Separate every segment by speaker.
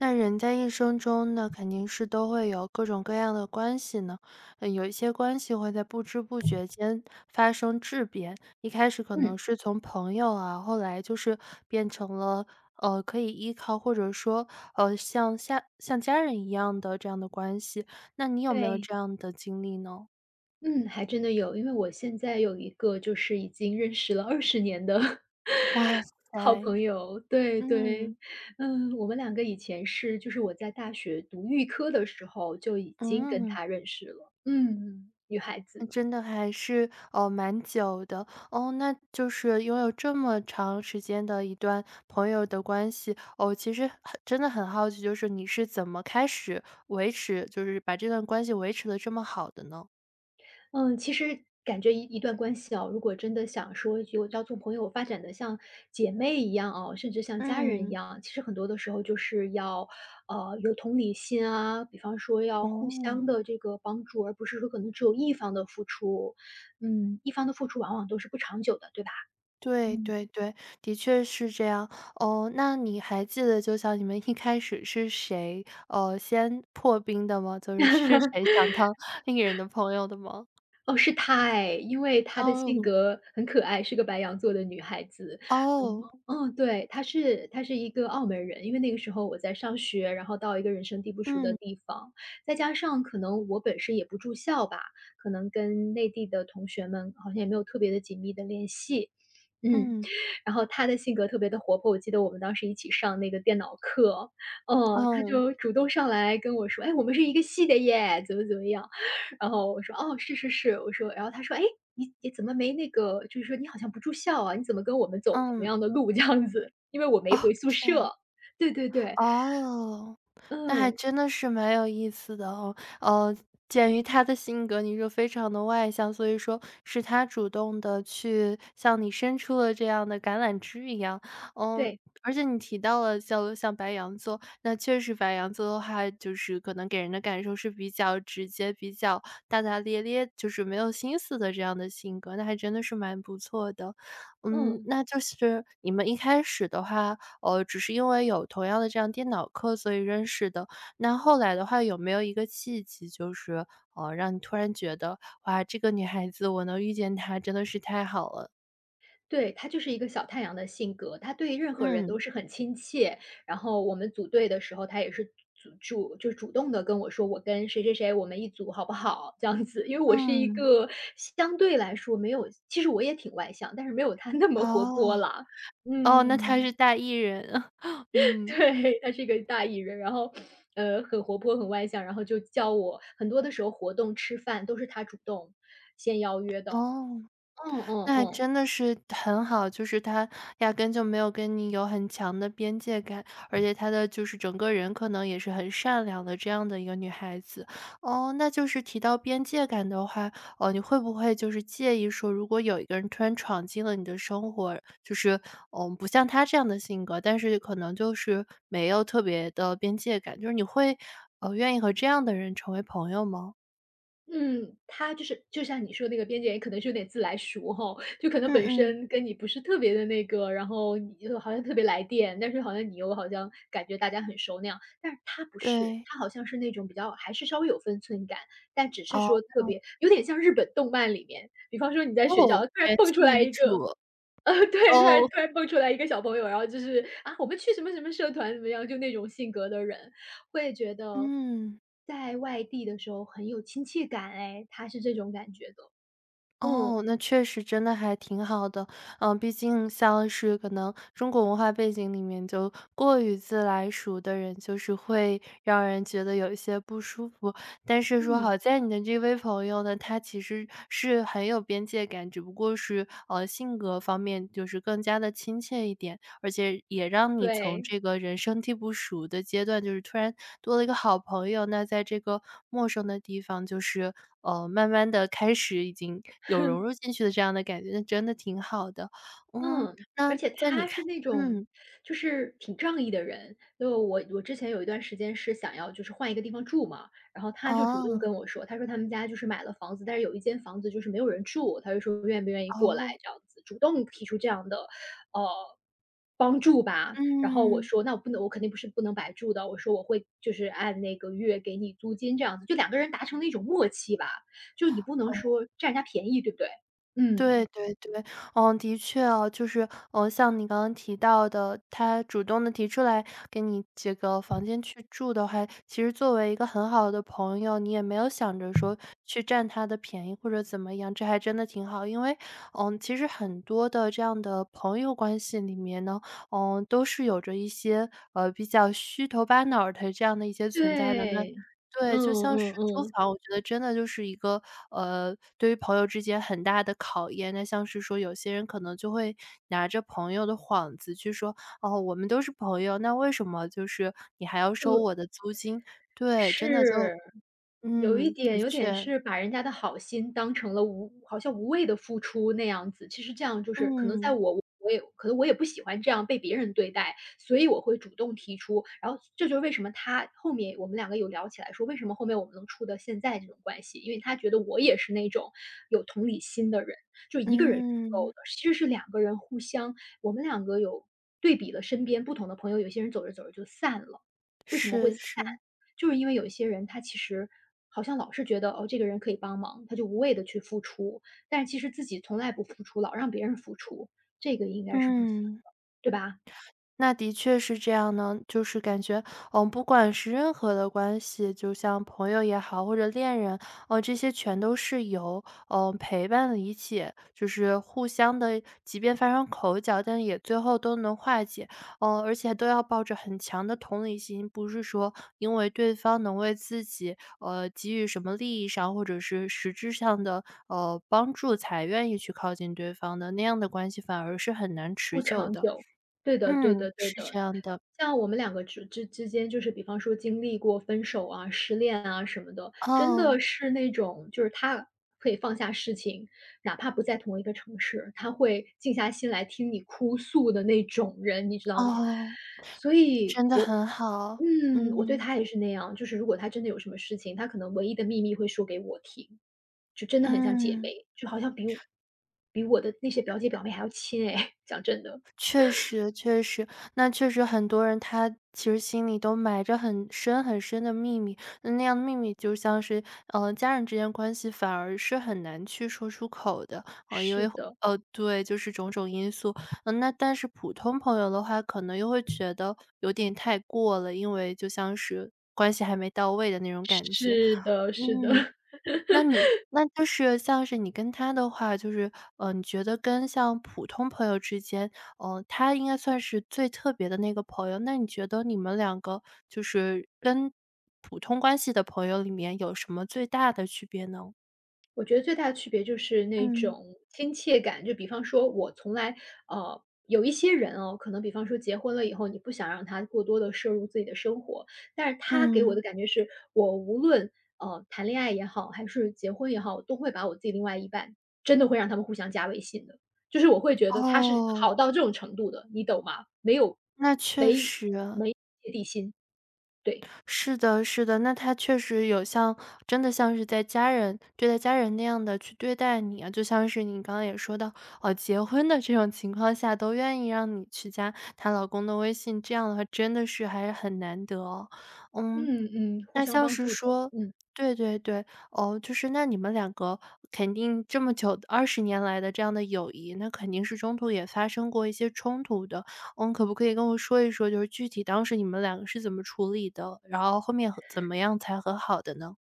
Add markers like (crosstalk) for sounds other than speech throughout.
Speaker 1: 那人在一生中呢，肯定是都会有各种各样的关系呢，有一些关系会在不知不觉间发生质变，一开始可
Speaker 2: 嗯，
Speaker 1: 能是从朋友啊，后来就是变成了，可以依靠或者说，像下像家人一样的这样的关系，那你有没有
Speaker 2: 对，
Speaker 1: 这样的经历呢？
Speaker 2: 嗯，还真的有。因为我现在有一个就是已经认识了20年的 (laughs)
Speaker 1: 哇
Speaker 2: 好
Speaker 1: 塞，
Speaker 2: 朋友，对对。
Speaker 1: 嗯，
Speaker 2: 嗯，我们两个以前是就是我在大学读预科的时候就已经跟
Speaker 1: 嗯。
Speaker 2: 他认识了。嗯，嗯女孩
Speaker 1: 那
Speaker 2: 子。
Speaker 1: 真的还是，哦，蛮久的。哦，那就是拥有这么长时间的一段朋友的关系，哦，其实很真的很好奇，就是你是怎么开始维持就是把这段关系维持的这么好的呢？
Speaker 2: 嗯，其实感觉一段关系哦，如果真的想说就要做朋友，发展的像姐妹一样哦，甚至像家人一
Speaker 1: 嗯，
Speaker 2: 样，其实很多的时候就是要，有同理心啊，比方说要互
Speaker 1: 哦，
Speaker 2: 相的这个帮助，而不是说可能只有一方的付出，嗯，一方的付出往往都是不长久的，对吧？
Speaker 1: 对
Speaker 2: 嗯。
Speaker 1: 对对，的确是这样。哦，那你还记得就像你们一开始是谁，先破冰的吗？就是是谁想当 (laughs) 个人的朋友的吗？
Speaker 2: 哦，是她哎，因为她的
Speaker 1: 哦，
Speaker 2: 性格很可爱，是个白羊座的女孩子。然
Speaker 1: 哦，
Speaker 2: 后嗯，对，她是一个澳门人，因为那个时候我在上学，然后到一个人生地不熟的
Speaker 1: 嗯，
Speaker 2: 地方，再加上可能我本身也不住校吧，可能跟内地的同学们好像也没有特别的紧密的联系。嗯，
Speaker 1: 嗯。
Speaker 2: 然后她的性格特别的活泼，我记得我们当时一起上那个电脑课，哦，她
Speaker 1: 嗯，
Speaker 2: 就主动上来跟我说：“哎，我们是一个系的耶，怎么怎么样。”然后我说：“哦，是。”我说然后他说：“哎，你怎么没那个就是说你好像不住校啊，你怎么跟我们走同
Speaker 1: 嗯，
Speaker 2: 样的路这样子？”因为我没
Speaker 1: 哦，
Speaker 2: 回宿
Speaker 1: 这样
Speaker 2: 舍。
Speaker 1: 啊。
Speaker 2: 对对对，
Speaker 1: 哦，那还
Speaker 2: 嗯，
Speaker 1: 真的是蛮有意思的哦。呃，鉴于他的性格，你说非常的外向，所以说是他主动的去向你伸出了这样的橄榄枝一样。嗯，
Speaker 2: 对，
Speaker 1: 而且你提到了像白羊座，那确实白羊座的话，就是可能给人的感受是比较直接、比较大大咧咧，就是没有心思的这样的性格，那还真的是蛮不错的。嗯，
Speaker 2: 嗯，
Speaker 1: 那就是你们一开始的话，只是因为有同样的这样电脑课，所以认识的。那后来的话，有没有一个契机，就是让你突然觉得，哇，这个女孩子我能遇见她真的是太好了。
Speaker 2: 对，他就是一个小太阳的性格，他对任何人都
Speaker 1: 嗯，
Speaker 2: 是很亲切。然后我们组队的时候，他也是就主动的跟我说：“我跟谁谁谁我们一组好不好？”这样子，因为我是一
Speaker 1: 嗯，
Speaker 2: 个相对来说没有其实我也挺外向，但是没有他那么活泼
Speaker 1: 哦，
Speaker 2: 啦。
Speaker 1: 哦，那她
Speaker 2: 嗯。
Speaker 1: 是大艺人，(laughs)
Speaker 2: (laughs)
Speaker 1: 嗯。
Speaker 2: 对，他是一个大艺人，然后，很活泼，很外向，然后就叫我很多的时候活动、吃饭都是他主动先邀约的。
Speaker 1: 哦。
Speaker 2: 嗯嗯
Speaker 1: 那还
Speaker 2: 嗯。
Speaker 1: 真的是很好，就是他压根就没有跟你有很强的边界感，而且他的就是整个人可能也是很善良的这样的一个女孩子。哦，那就是提到边界感的话，哦，你会不会就是介意说，如果有一个人突然闯进了你的生活，就是嗯，不像她这样的性格，但是可能就是没有特别的边界感，就是你会愿意和这样的人成为朋友吗？
Speaker 2: 嗯，他就是就像你说那个边界，也可能是有点自来熟哈，就可能
Speaker 1: 嗯
Speaker 2: 本
Speaker 1: 嗯，
Speaker 2: 身跟你不是特别的那个，然后你就好像特别来电，但是好像你又好像感觉大家很熟那样。但是他不是，
Speaker 1: 对，
Speaker 2: 他好像是那种比较还是稍微有分寸感，但只是
Speaker 1: 哦
Speaker 2: 说特别有点像日本动漫里面，比方说你在学
Speaker 1: 哦，
Speaker 2: 校突然
Speaker 1: 元
Speaker 2: 蹦出
Speaker 1: 气
Speaker 2: 来
Speaker 1: 女
Speaker 2: 一个，
Speaker 1: 主。
Speaker 2: 对，突然
Speaker 1: 哦，
Speaker 2: 突然蹦出来一个小朋友，然后就是啊，我们去什么什么社团怎么样，就那种性格的人。会觉得
Speaker 1: 嗯，
Speaker 2: 在外地的时候很有亲切感哎，他是这种感觉的。嗯，
Speaker 1: 哦，那确实真的还挺好的。嗯，毕竟像是可能中国文化背景里面，就过于自来熟的人，就是会让人觉得有一些不舒服。但是说
Speaker 2: 嗯，
Speaker 1: 好在你的这位朋友呢，他其实是很有边界感，只不过是性格方面就是更加的亲切一点。而且也让你从
Speaker 2: 对。
Speaker 1: 这个人生地不熟的阶段，就是突然多了一个好朋友，那在这个陌生的地方，就是慢慢的开始已经有融入进去的这样的感觉，那真的挺好的。嗯，
Speaker 2: 嗯，而
Speaker 1: 那
Speaker 2: 且
Speaker 1: 在你
Speaker 2: 他
Speaker 1: 看
Speaker 2: 是那种
Speaker 1: 嗯，
Speaker 2: 就是挺仗义的人。就我之前有一段时间是想要就是换一个地方住嘛，然后他就主动
Speaker 1: 哦，
Speaker 2: 跟我说，他说他们家就是买了房子，但是有一间房子就是没有人住，他就说愿不愿意过来
Speaker 1: 哦，
Speaker 2: 这样子，主动提出这样的呃帮助吧。然后我
Speaker 1: 嗯，
Speaker 2: 说那我不能，我肯定不是不能白住的，我说我会就是按那个月给你租金这样子，就两个人达成了一种默契吧，就你不能
Speaker 1: 哦
Speaker 2: 说占人家便宜，对不对？
Speaker 1: 对
Speaker 2: 嗯。
Speaker 1: 对对，嗯，的确哦，就是，像你刚刚提到的，他主动的提出来给你这个房间去住的话，其实作为一个很好的朋友，你也没有想着说去占他的便宜或者怎么样，这还真的挺好。因为，嗯，其实很多的这样的朋友关系里面呢，嗯，都是有着一些，比较虚头巴脑的这样的一些存在的，那
Speaker 2: 对，嗯
Speaker 1: 对，就
Speaker 2: 嗯
Speaker 1: 像是租
Speaker 2: 嗯，
Speaker 1: 房，我觉得真的就是一个，对于朋友之间很大的考验。那像是说有些人可能就会拿着朋友的幌子去说：“哦，我们都是朋友，那为什么就是你还要收
Speaker 2: 对。
Speaker 1: 我的租金？”对，真的
Speaker 2: 是，
Speaker 1: 就
Speaker 2: 有一
Speaker 1: 嗯，
Speaker 2: 点
Speaker 1: 的确，
Speaker 2: 是把人家的好心当成了无好像无谓的付出那样子。其实这样就是可能在
Speaker 1: 嗯，
Speaker 2: 我也可能我也不喜欢这样被别人对待，所以我会主动提出。然后这就是为什么他后面我们两个有聊起来说，为什么后面我们能处到现在这种关系，因为他觉得我也是那种有同理心的人，就一个人是不够
Speaker 1: 嗯，
Speaker 2: 的，其实是两个人互相我们两个有对比了身边不同的朋友，有些人走着走着就散了，为什么会
Speaker 1: 是
Speaker 2: 散？
Speaker 1: 是，
Speaker 2: 就是因为有一些人他其实好像老是觉得哦，这个人可以帮忙，他就无谓的去付出，但是其实自己从来不付出，老让别人付出，这个应该是不行，
Speaker 1: 嗯。
Speaker 2: 对吧？
Speaker 1: 那的确是这样呢，就是感觉，嗯，不管是任何的关系，就像朋友也好，或者恋人，哦，这些全都是由，嗯，陪伴、理解，就是互相的，即便发生口角，但也最后都能化解，嗯，而且都要抱着很强的同理心，不是说因为对方能为自己，给予什么利益上或者是实质上的，帮助才愿意去靠近对方的，那样的关系反而是很难持久的。
Speaker 2: 对的对的
Speaker 1: 嗯，
Speaker 2: 对
Speaker 1: 是
Speaker 2: 的。
Speaker 1: 这样的。
Speaker 2: 像我们两个之间，就是比方说经历过分手啊、失恋啊什么的，真
Speaker 1: 哦，
Speaker 2: 的是那种就是他可以放下事情，哪怕不在同一个城市，他会静下心来听你哭诉的那种人，你知道吗？
Speaker 1: 哦，
Speaker 2: 所以
Speaker 1: 真的
Speaker 2: 我
Speaker 1: 很好。
Speaker 2: 嗯，我对
Speaker 1: 嗯，
Speaker 2: 他也是那样，就是如果他真的有什么事情，他可能唯一的秘密会说给我听，就真的很像姐
Speaker 1: 嗯，
Speaker 2: 妹，就好像比我的那些表姐表妹还要亲哎，(laughs) 讲真的，
Speaker 1: 确实确实。那确实很多人他其实心里都埋着很深很深的秘密，那那样的秘密就像是，家人之间关系反而是很难去说出口的。因
Speaker 2: 是
Speaker 1: 为
Speaker 2: 的。
Speaker 1: 对，就是种种因素。嗯，那但是普通朋友的话，可能又会觉得有点太过了，因为就像是关系还没到位的那种感觉。
Speaker 2: 是的，是的，
Speaker 1: 嗯。
Speaker 2: (laughs)
Speaker 1: 那你那就是像是你跟他的话，就是，你觉得跟像普通朋友之间，他应该算是最特别的那个朋友，那你觉得你们两个就是跟普通关系的朋友里面有什么最大的区别呢？
Speaker 2: 我觉得最大的区别就是那
Speaker 1: 嗯。
Speaker 2: 种亲切感。就比方说，我从来呃，有一些人哦，可能比方说结婚了以后，你不想让他过多的摄入自己的生活，但是他给我的
Speaker 1: 嗯，
Speaker 2: 感觉是，我无论，谈恋爱也好，还是结婚也好，我都会把我自己另外一半真的会让他们互相加微信的。就是我会觉得他是
Speaker 1: 哦，
Speaker 2: 好到这种程度的，你懂吗？没有
Speaker 1: 那确
Speaker 2: 没
Speaker 1: 实。
Speaker 2: 没芥蒂心，对，
Speaker 1: 是的，是的，那他确实有像真的像是在家人对待家人那样的去对待你啊，就像是你刚刚也说到，哦，结婚的这种情况下都愿意让你去加她老公的微信，这样的话真的是还是很难得哦。嗯，
Speaker 2: 嗯嗯，互
Speaker 1: 那
Speaker 2: 相
Speaker 1: 像
Speaker 2: 帮
Speaker 1: 是
Speaker 2: 助的，
Speaker 1: 说
Speaker 2: 嗯。
Speaker 1: 对对对，哦，就是那你们两个肯定这么久20年来的这样的友谊，那肯定是中途也发生过一些冲突的。嗯，可不可以跟我说一说，就是具体当时你们两个是怎么处理的？然后后面和怎么样才和好的呢？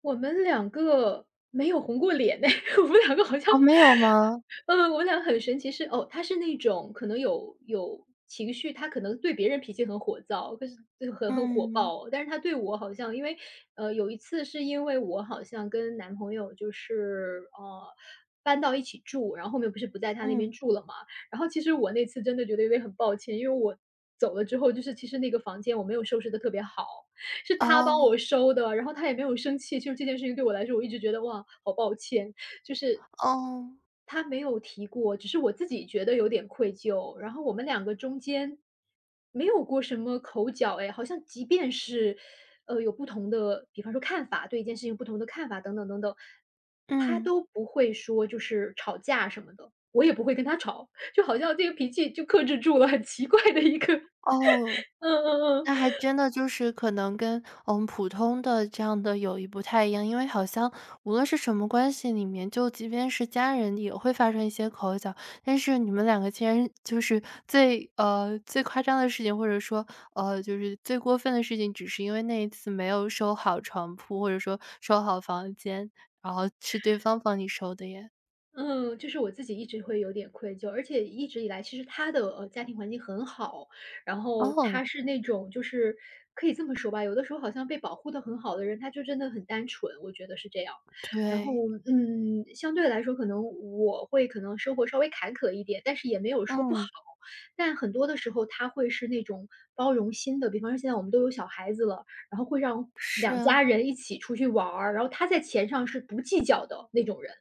Speaker 2: 我们两个没有红过脸呢，(laughs) 我们两个好像
Speaker 1: 哦，没有吗？
Speaker 2: 嗯，我们俩很神奇是哦，他是那种可能有情绪，他可能对别人脾气很火燥，可是就很火
Speaker 1: 嗯，
Speaker 2: 爆，但是他对我好像因为有一次是因为我好像跟男朋友就是，搬到一起住，然后后面不在他那边
Speaker 1: 嗯，
Speaker 2: 住了嘛，然后其实我那次真的觉得有点很抱歉，因为我走了之后，就是其实那个房间我没有收拾的特别好。是他帮
Speaker 1: 哦，
Speaker 2: 我收的，然后他也没有生气，就是这件事情对我来说，我一直觉得哇，好抱歉。
Speaker 1: 哦，
Speaker 2: 他没有提过，只是我自己觉得有点愧疚。然后我们两个中间没有过什么口角，哎，好像即便是有不同的，比方说看法，对一件事情不同的看法等等等等，他
Speaker 1: 嗯，
Speaker 2: 都不会说就是吵架什么的，我也不会跟他吵，就好像这个脾气就克制住了，很奇怪的一个，
Speaker 1: 哦。
Speaker 2: (laughs) 嗯嗯嗯。
Speaker 1: 那还真的就是可能跟嗯普通的这样的友谊不太一样，因为好像无论是什么关系里面，就即便是家人也会发生一些口角，但是你们两个竟然就是最最夸张的事情，或者说就是最过分的事情，只是因为那一次没有收好床铺，或者说收好房间，然后是对方帮你收的耶。
Speaker 2: 嗯，就是我自己一直会有点愧疚，而且一直以来，其实他的家庭环境很好，然后
Speaker 1: 哦，
Speaker 2: 他是那种就是可以这么说吧，有的时候好像被保护的很好的人，他就真的很单纯，我觉得是这样。然后
Speaker 1: 对，
Speaker 2: 嗯，相对来说，可能我会生活稍微坎坷一点，但是也没有说不好。
Speaker 1: 嗯，
Speaker 2: 但很多的时候，他会是那种包容心的，比方说现在我们都有小孩子了，然后会让
Speaker 1: 是
Speaker 2: 两
Speaker 1: 啊，
Speaker 2: 家人一起出去玩儿，然后他在钱上是不计较的那种人。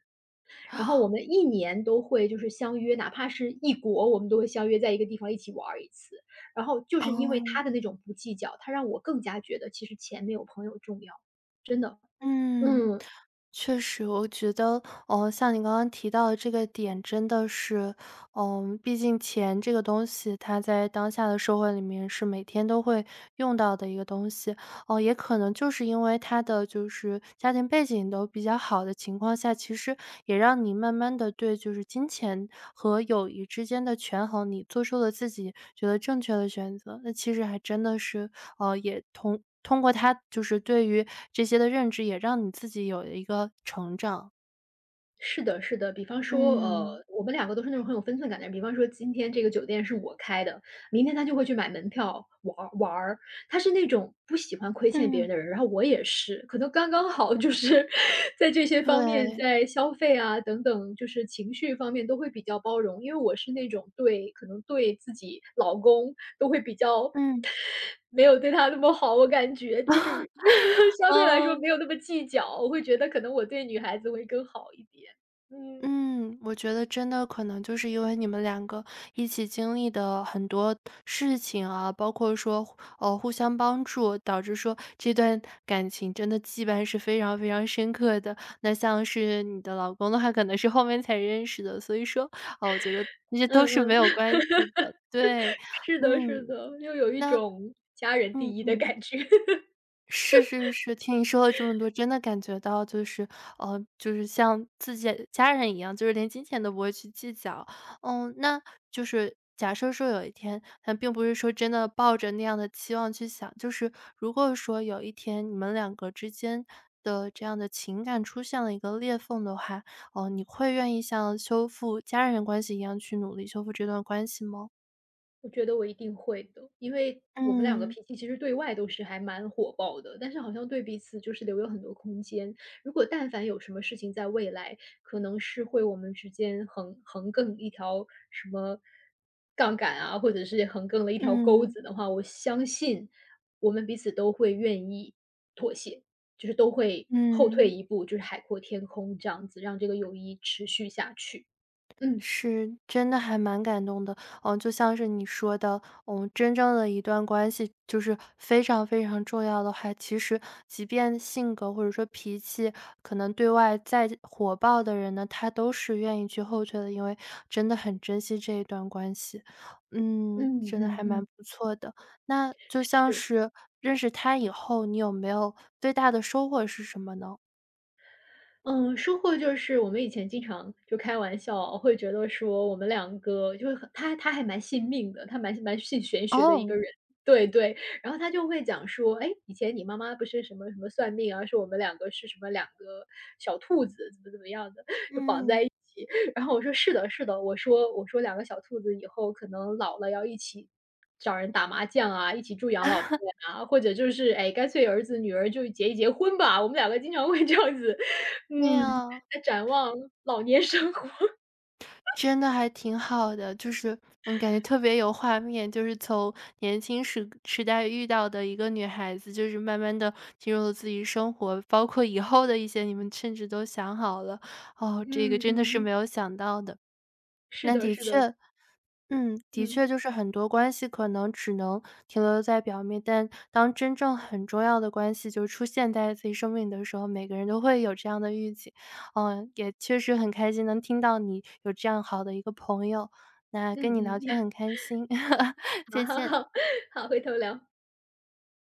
Speaker 2: 然后我们一年都会就是相约，哪怕是异国，我们都会相约在一个地方一起玩儿一次。然后就是因为他
Speaker 1: 哦。
Speaker 2: 的那种不计较，他让我更加觉得其实钱没有朋友重要，真的，
Speaker 1: 嗯，
Speaker 2: 嗯。
Speaker 1: 确实，我觉得，像你刚刚提到的这个点，真的是，嗯，毕竟钱这个东西，它在当下的社会里面是每天都会用到的一个东西。哦、也可能就是因为他的就是家庭背景都比较好的情况下，其实也让你慢慢的对就是金钱和友谊之间的权衡，你做出了自己觉得正确的选择。那其实还真的是也通过他就是对于这些的认知，也让你自己有一个成长。
Speaker 2: 是的，是的，比方说，
Speaker 1: 嗯，
Speaker 2: 我们两个都是那种很有分寸感的人。比方说，今天这个酒店是我开的，明天他就会去买门票玩儿。他是那种不喜欢亏欠别人
Speaker 1: 嗯，
Speaker 2: 的人，然后我也是，可能刚刚好，就是 (laughs) 在这些方面，
Speaker 1: 对，
Speaker 2: 在消费啊等等，就是情绪方面都会比较包容。因为我是那种可能对自己老公都会比较
Speaker 1: 嗯。
Speaker 2: 没有对他那么好，我感觉就是 (laughs) 相对来说没
Speaker 1: 嗯。
Speaker 2: 有那么计较，我会觉得可能我对女孩子会更好一点。嗯
Speaker 1: 嗯，我觉得真的可能就是因为你们两个一起经历的很多事情啊，包括说，互相帮助，导致说这段感情真的羁绊是非常非常深刻的。那像是你的老公的话，可能是后面才认识的，所以说，哦，我觉得这些都是没
Speaker 2: 嗯
Speaker 1: 有
Speaker 2: 嗯，
Speaker 1: 关系的。对，
Speaker 2: (laughs) 是的，是
Speaker 1: 嗯，
Speaker 2: 的，又有一
Speaker 1: 那
Speaker 2: 种家人
Speaker 1: 嗯
Speaker 2: 第一的
Speaker 1: 嗯。
Speaker 2: 感觉。
Speaker 1: 是是是，听你说了这么多，真的感觉到就是，就是像自己的家人一样，就是连金钱都不会去计较。嗯，那就是假设说有一天，但并不是说真的抱着那样的期望去想，就是如果说有一天你们两个之间的这样的情感出现了一个裂缝的话，哦、你会愿意像修复家人关系一样去努力修复这段关系吗？
Speaker 2: 我觉得我一定会的，因为我们两个
Speaker 1: 嗯
Speaker 2: 脾气其实对外都是还蛮火爆的，但是好像对彼此就是留有很多空间。如果但凡有什么事情在未来可能是会我们之间横亘一条什么杠杆啊，或者是横亘了一条钩
Speaker 1: 嗯
Speaker 2: 子的话，我相信我们彼此都会愿意妥协，就是都会后退
Speaker 1: 嗯。
Speaker 2: 一步，就是海阔天空这样子，让这个友谊持续下去。嗯
Speaker 1: 是，真的还蛮感动的。嗯，就像是你说的，嗯，真正的一段关系就是非常非常重要的话，其实即便性格或者说脾气可能对外再火爆的人呢，他都是愿意去后退的，因为真的很珍惜这一段关系。嗯，
Speaker 2: 嗯
Speaker 1: 真的
Speaker 2: 嗯
Speaker 1: 还
Speaker 2: 嗯，
Speaker 1: 蛮不错的。那就像
Speaker 2: 是。
Speaker 1: 是认识他以后，你有没有最大的收获是什么呢？
Speaker 2: 嗯，收获就是我们以前经常就开玩笑，会觉得说我们两个就是很他还蛮信命的，他蛮信玄学的一个
Speaker 1: 哦，
Speaker 2: 人。对对，然后他就会讲说，哎，以前你妈妈不是什么什么算命啊，说我们两个是什么两个小兔子，怎么怎么样的，就绑
Speaker 1: 嗯，
Speaker 2: 在一起。然后我说是的，是的，我说两个小兔子以后可能老了要一起找人打麻将啊，一起住养老
Speaker 1: (laughs)
Speaker 2: 院啊，或者就是哎，干脆儿子女儿就结一结婚吧。我们两个经常会这样子
Speaker 1: 对
Speaker 2: 嗯，
Speaker 1: 有
Speaker 2: 在展望老年生活。(laughs)
Speaker 1: 真的还挺好的，就是，嗯，感觉特别有画面，就是从年轻时代遇到的一个女孩子，就是慢慢的进入了自己生活，包括以后的一些你们甚至都想好了，哦，这个
Speaker 2: 嗯
Speaker 1: 真的是没
Speaker 2: 嗯，
Speaker 1: 有想到的。
Speaker 2: 是
Speaker 1: 那
Speaker 2: 的
Speaker 1: 的
Speaker 2: 是的，
Speaker 1: 确嗯，的
Speaker 2: 嗯，
Speaker 1: 确就是很多关系可能只能停留在表面，但当真正很重要的关系就出现在自己生命里的时候，每个人都会有这样的预期。嗯，也确实很开心能听到你有这样好的一个朋友，那
Speaker 2: 嗯
Speaker 1: 跟你聊天
Speaker 2: 嗯，
Speaker 1: 很开心，(laughs)
Speaker 2: (laughs) 好
Speaker 1: 再
Speaker 2: 好
Speaker 1: 见。
Speaker 2: 好，好，回头聊。